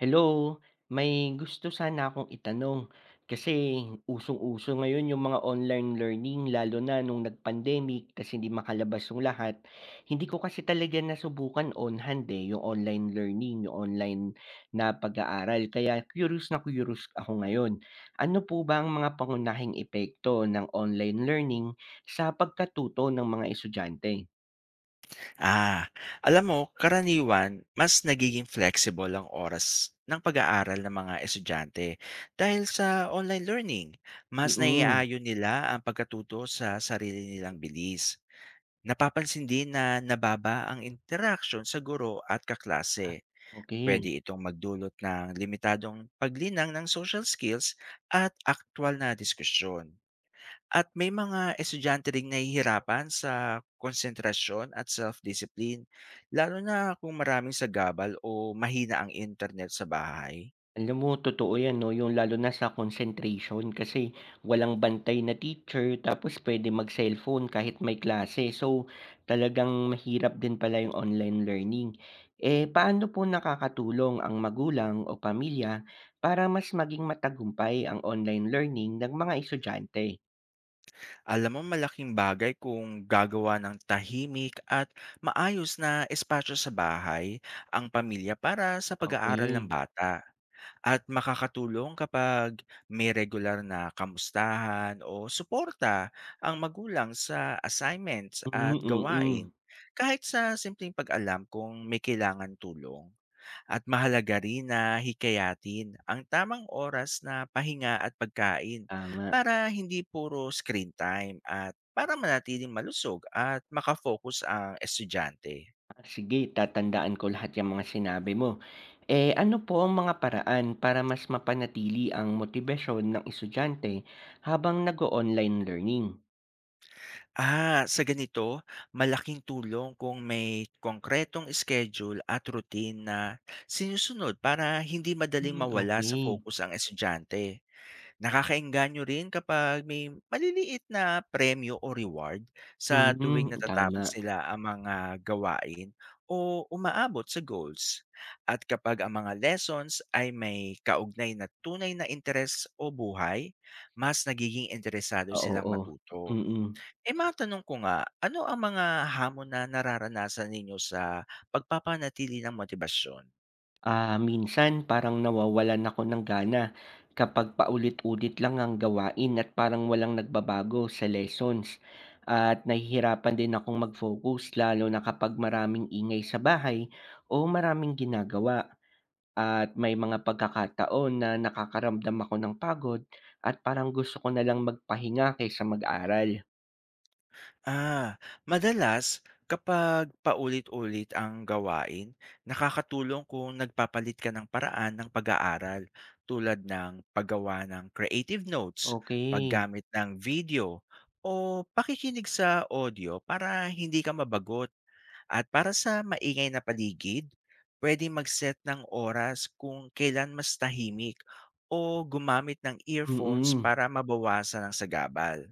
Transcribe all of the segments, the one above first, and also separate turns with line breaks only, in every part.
Hello, may gusto sana akong itanong kasi usong-uso ngayon yung mga online learning lalo na nung nag-pandemic kasi hindi makalabas yung lahat. Hindi ko kasi talaga nasubukan on hand eh, yung online learning, yung online na pag-aaral. Kaya curious na curious ako ngayon. Ano po ba ang mga pangunahing epekto ng online learning sa pagkatuto ng mga estudyante?
Ah, alam mo, karaniwan, mas nagiging flexible ang oras ng pag-aaral ng mga estudyante. Dahil sa online learning, mas
Mm.
naiaayon nila ang pagkatuto sa sarili nilang bilis. Napapansin din na nababa ang interaction sa guro at
Ah,
kaklase.
Okay.
Pwede itong magdulot ng limitadong paglinang ng social skills at aktwal na diskusyon. At may mga estudyante ring nahihirapan sa konsentrasyon at self-discipline, lalo na kung maraming sagabal o mahina ang internet sa bahay.
Alam mo totoo 'yan 'no, yung lalo na sa concentration kasi walang bantay na teacher tapos pwede mag-cellphone kahit may klase. So, talagang mahirap din pala yung online learning. Eh, paano po nakakatulong ang magulang o pamilya para mas maging matagumpay ang online learning ng mga estudyante?
Alam mo, malaking bagay kung gagawa ng tahimik at maayos na espasyo sa bahay ang pamilya para sa pag-aaral
Okey.
ng bata. At makakatulong kapag may regular na kamustahan o suporta ang magulang sa assignments
Hmm,
at gawain,
mm.
kahit sa simpleng pag-alam kung may kailangan tulong. At mahalaga rin na hikayatin ang tamang oras na pahinga at pagkain
Tama.
para hindi puro screen time at para manatiling malusog at makafocus ang estudyante.
Sige, tatandaan ko lahat 'yang mga sinabi mo. Eh, ano po ang mga paraan para mas mapanatili ang motibasyon ng estudyante habang nag online learning?
Sa ganito, malaking tulong kung may konkretong schedule at routine na sinusunod para hindi madaling
Hmm,
mawala sa
okey.
focus ang estudyante. Nakakaengganyo rin kapag may maliliit na premyo o reward sa tuwing
Mm,
natatapos
tama.
nila ang mga gawain o umaabot sa goals. At kapag ang mga lessons ay may kaugnay na tunay na interes o buhay, mas nagiging interesado silang
Oo,
matuto.
mm.
Eh, matanong ko nga, ano ang mga hamon na nararanasan ninyo sa pagpapanatili ng motibasyon?
Minsan parang nawawalan ako ng gana kapag paulit-ulit lang ang gawain at parang walang nagbabago sa lessons at nahihirapan din akong mag-focus lalo na kapag maraming ingay sa bahay o maraming ginagawa. At may mga pagkakataon na nakakaramdam ako ng pagod at parang gusto ko na lang magpahinga kaysa mag-aral.
Madalas kapag paulit-ulit ang gawain, nakakatulong kung nagpapalit ka ng paraan ng pag-aaral tulad ng paggawa ng creative notes,
Okay.
paggamit ng video, o pakikinig sa audio para hindi ka mabagot. At para sa maingay na paligid, pwede mag-set ng oras kung kailan mas tahimik o gumamit ng earphones
Mm,
para mabawasan ang sagabal.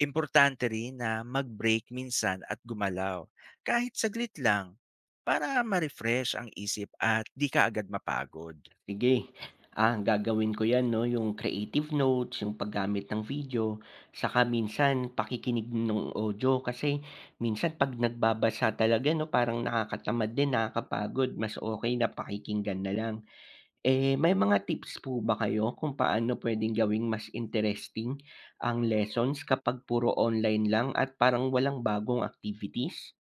Importante rin na mag-break minsan at gumalaw, kahit saglit lang, para ma-refresh ang isip at di ka agad mapagod.
sige. Gagawin ko 'yan 'no, yung creative notes, yung paggamit ng video, saka minsan pakikinig ng audio kasi minsan 'pag nagbabasa talaga 'no, parang nakakatamad din, nakakapagod. Mas okay na pakikinggan na lang. Eh, may mga tips po ba kayo kung paano puwedeng gawing mas interesting ang lessons kapag puro online lang at parang walang bagong activities?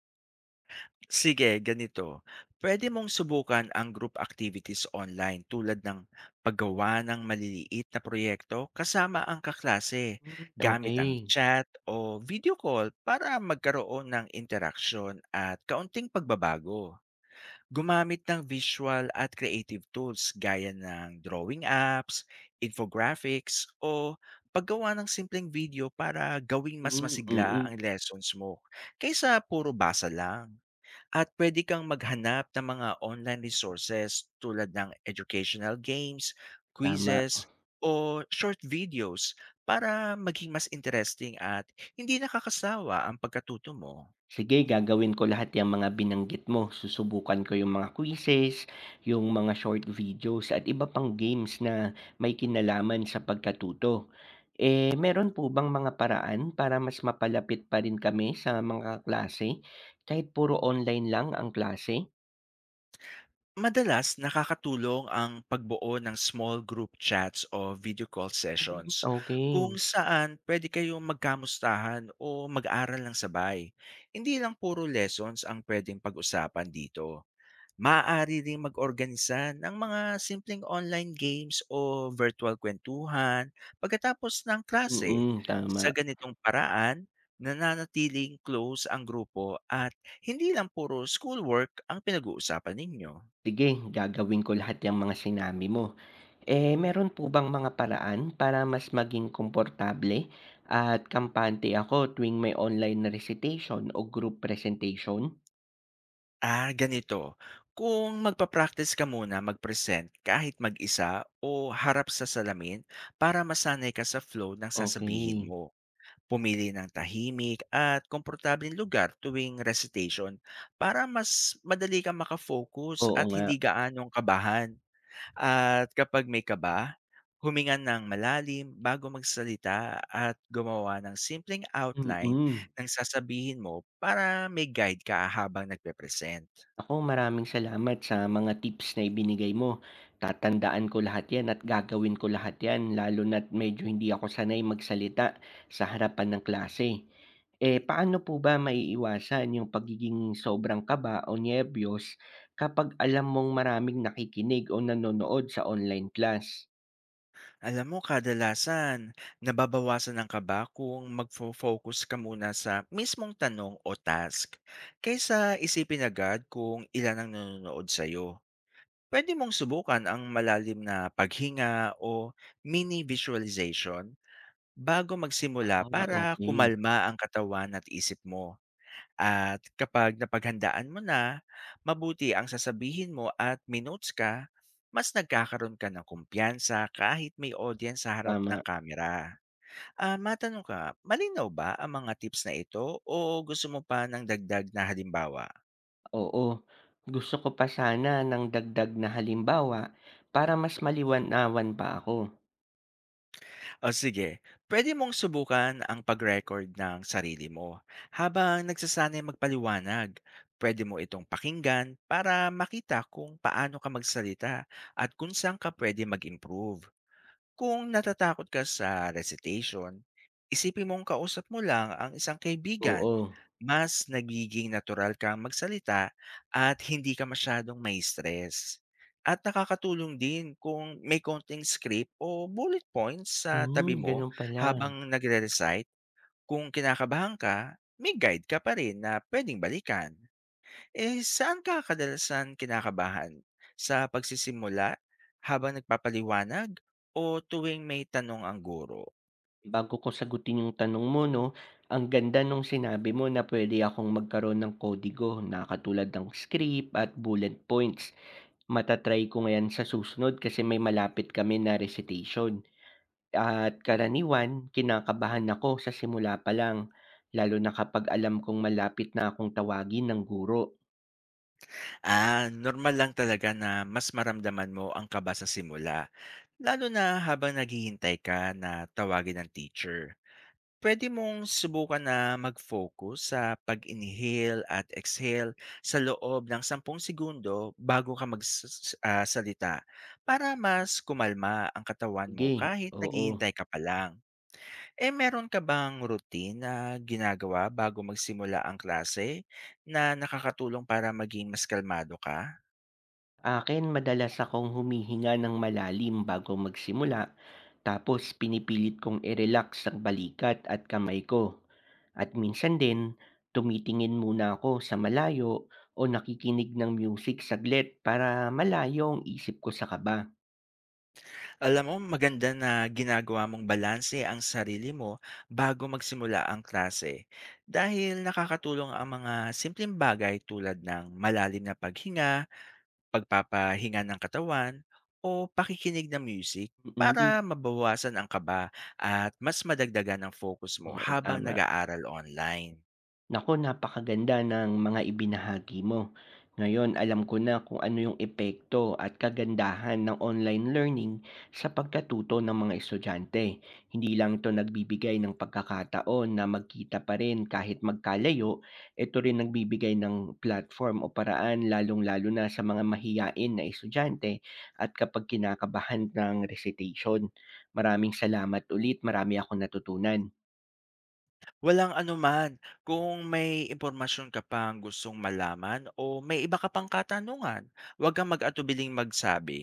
Sige, ganito. Pwede mong subukan ang group activities online tulad ng paggawa ng maliliit na proyekto kasama ang kaklase
Hmm,
gamit
okey.
ang chat o video call para magkaroon ng interaksyon at kaunting pagbabago. Gumamit ng visual at creative tools gaya ng drawing apps, infographics, o paggawa ng simpleng video para gawing mas
Hmm,
masigla ang
mm,
lessons mo kaysa puro basa lang. At pwede kang maghanap ng mga online resources tulad ng educational games,
tama.
quizzes, o short videos para maging mas interesting at hindi nakakasawa ang pagkatuto mo.
Sige, gagawin ko lahat yang mga binanggit mo. Susubukan ko yung mga quizzes, yung mga short videos at iba pang games na may kinalaman sa pagkatuto. Eh, meron po bang mga paraan para mas mapalapit pa rin kami sa mga klase kahit puro online lang ang klase?
Madalas nakakatulong ang pagbuo ng small group chats o video call
Hmm,
sessions kung
okey.
saan pwede kayong magkamustahan o mag-aral ng sabay. Hindi lang puro lessons ang pwedeng pag-usapan dito. Maaari rin mag-organisa ng mga simpleng online games o virtual kwentuhan pagkatapos ng klase.
Mm,
Sa
tama.
ganitong paraan, nananatiling close ang grupo at hindi lang puro schoolwork ang pinag-uusapan ninyo.
Sige, gagawin ko lahat yang mga sinabi mo. Eh, meron po bang mga paraan para mas maging komportable at kampante ako tuwing may online na recitation o group presentation?
Ganito. Kung magpa-practice ka muna mag-present kahit mag-isa o harap sa salamin para masanay ka sa flow ng sasabihin
Okay.
mo. Pumili ng tahimik at komportableng lugar tuwing recitation para mas madali kang makafocus
Oo
at
nga.
hindi gaanong kabahan. At kapag may kaba, huminga ng malalim bago magsalita at gumawa ng simpleng outline
Mm.
ng sasabihin mo para may guide ka habang nagpe-present.
Ako, maraming salamat sa mga tips na ibinigay mo. Tatandaan ko lahat 'yan at gagawin ko lahat 'yan lalo na't medyo hindi ako sanay magsalita sa harapan ng klase. Eh, paano po ba maiiwasan yung pagiging sobrang kaba o nebyos kapag alam mong maraming nakikinig o nanonood sa online class?
Alam mo, kadalasan, nababawasan ang kaba kung magfo-focus ka muna sa mismong tanong o task kaysa isipin agad kung ilan ang nanonood sa'yo. Pwede mong subukan ang malalim na paghinga o mini visualization bago magsimula para
Okey.
kumalma ang katawan at isip mo. At kapag napaghandaan mo na, mabuti ang sasabihin mo at minotes ka, mas nagkakaroon ka ng kumpiyansa kahit may audience sa harap ng
Tama,
kamera. Matanong ka, malinaw ba ang mga tips na ito o gusto mo pa ng dagdag na halimbawa?
oo. Gusto ko pa sana ng dagdag na halimbawa para mas maliwanawan pa ako.
O sige, pwede mong subukan ang pag-record ng sarili mo. Habang nagsasanay magpaliwanag, pwede mo itong pakinggan para makita kung paano ka magsalita at kung saan ka pwede mag-improve. Kung natatakot ka sa recitation, isipin mong kausap mo lang ang isang
Oo.
kaibigan. Mas nagiging natural kang magsalita at hindi ka masyadong may stress. At nakakatulong din kung may konting script o bullet points sa
Hmm,
tabi mo
ganun pala.
habang nagre-recite. Kung kinakabahan ka, may guide ka pa rin na pwedeng balikan. Eh, saan ka kadalasan kinakabahan? Sa pagsisimula, habang nagpapaliwanag, o tuwing may tanong ang guro?
Bago ko sagutin yung tanong mo 'no, ang ganda nung sinabi mo na pwede akong magkaroon ng kodigo na katulad ng script at bullet points. Mata ko nga 'yan sa susunod kasi may malapit kami na recitation at karaniwan kinakabahan ako sa simula pa lang, lalo na kapag alam kong malapit na akong tawagin ng guro.
Normal lang talaga na mas maramdaman mo ang kaba sa simula, lalo na habang naghihintay ka na tawagin ng teacher. Pwede mong subukan na mag-focus sa pag-inhale at exhale sa loob ng 10 segundo bago ka magsalita para mas kumalma ang katawan
Sige,
mo kahit
oo.
naghihintay ka pa lang. Eh, meron ka bang routine na ginagawa bago magsimula ang klase na nakakatulong para maging mas kalmado ka?
Akin, madalas akong humihinga ng malalim bago magsimula, tapos pinipilit kong i-relax ang balikat at kamay ko. At minsan din, tumitingin muna ako sa malayo o nakikinig ng music saglit para malayo ang isip ko sa kaba.
Alam mo, maganda na ginagawa mong balanse ang sarili mo bago magsimula ang klase dahil nakakatulong ang mga simpleng bagay tulad ng malalim na paghinga, pagpapahinga ng katawan, o pakikinig ng music
Mm,
para mabawasan ang kaba at mas madagdagan ang focus mo
oo,
habang
tama.
nag-aaral online.
Naku, napakaganda ng mga ibinahagi mo. Ngayon, alam ko na kung ano yung epekto at kagandahan ng online learning sa pagkatuto ng mga estudyante. Hindi lang ito nagbibigay ng pagkakataon na magkita pa rin kahit magkalayo, ito rin nagbibigay ng platform o paraan lalong-lalo na sa mga mahiyain na estudyante at kapag kinakabahan ng recitation. Maraming salamat ulit, marami akong natutunan.
Walang anuman. Kung may impormasyon ka pang gustong malaman o may iba ka pang katanungan, huwag kang mag-atubiling magsabi.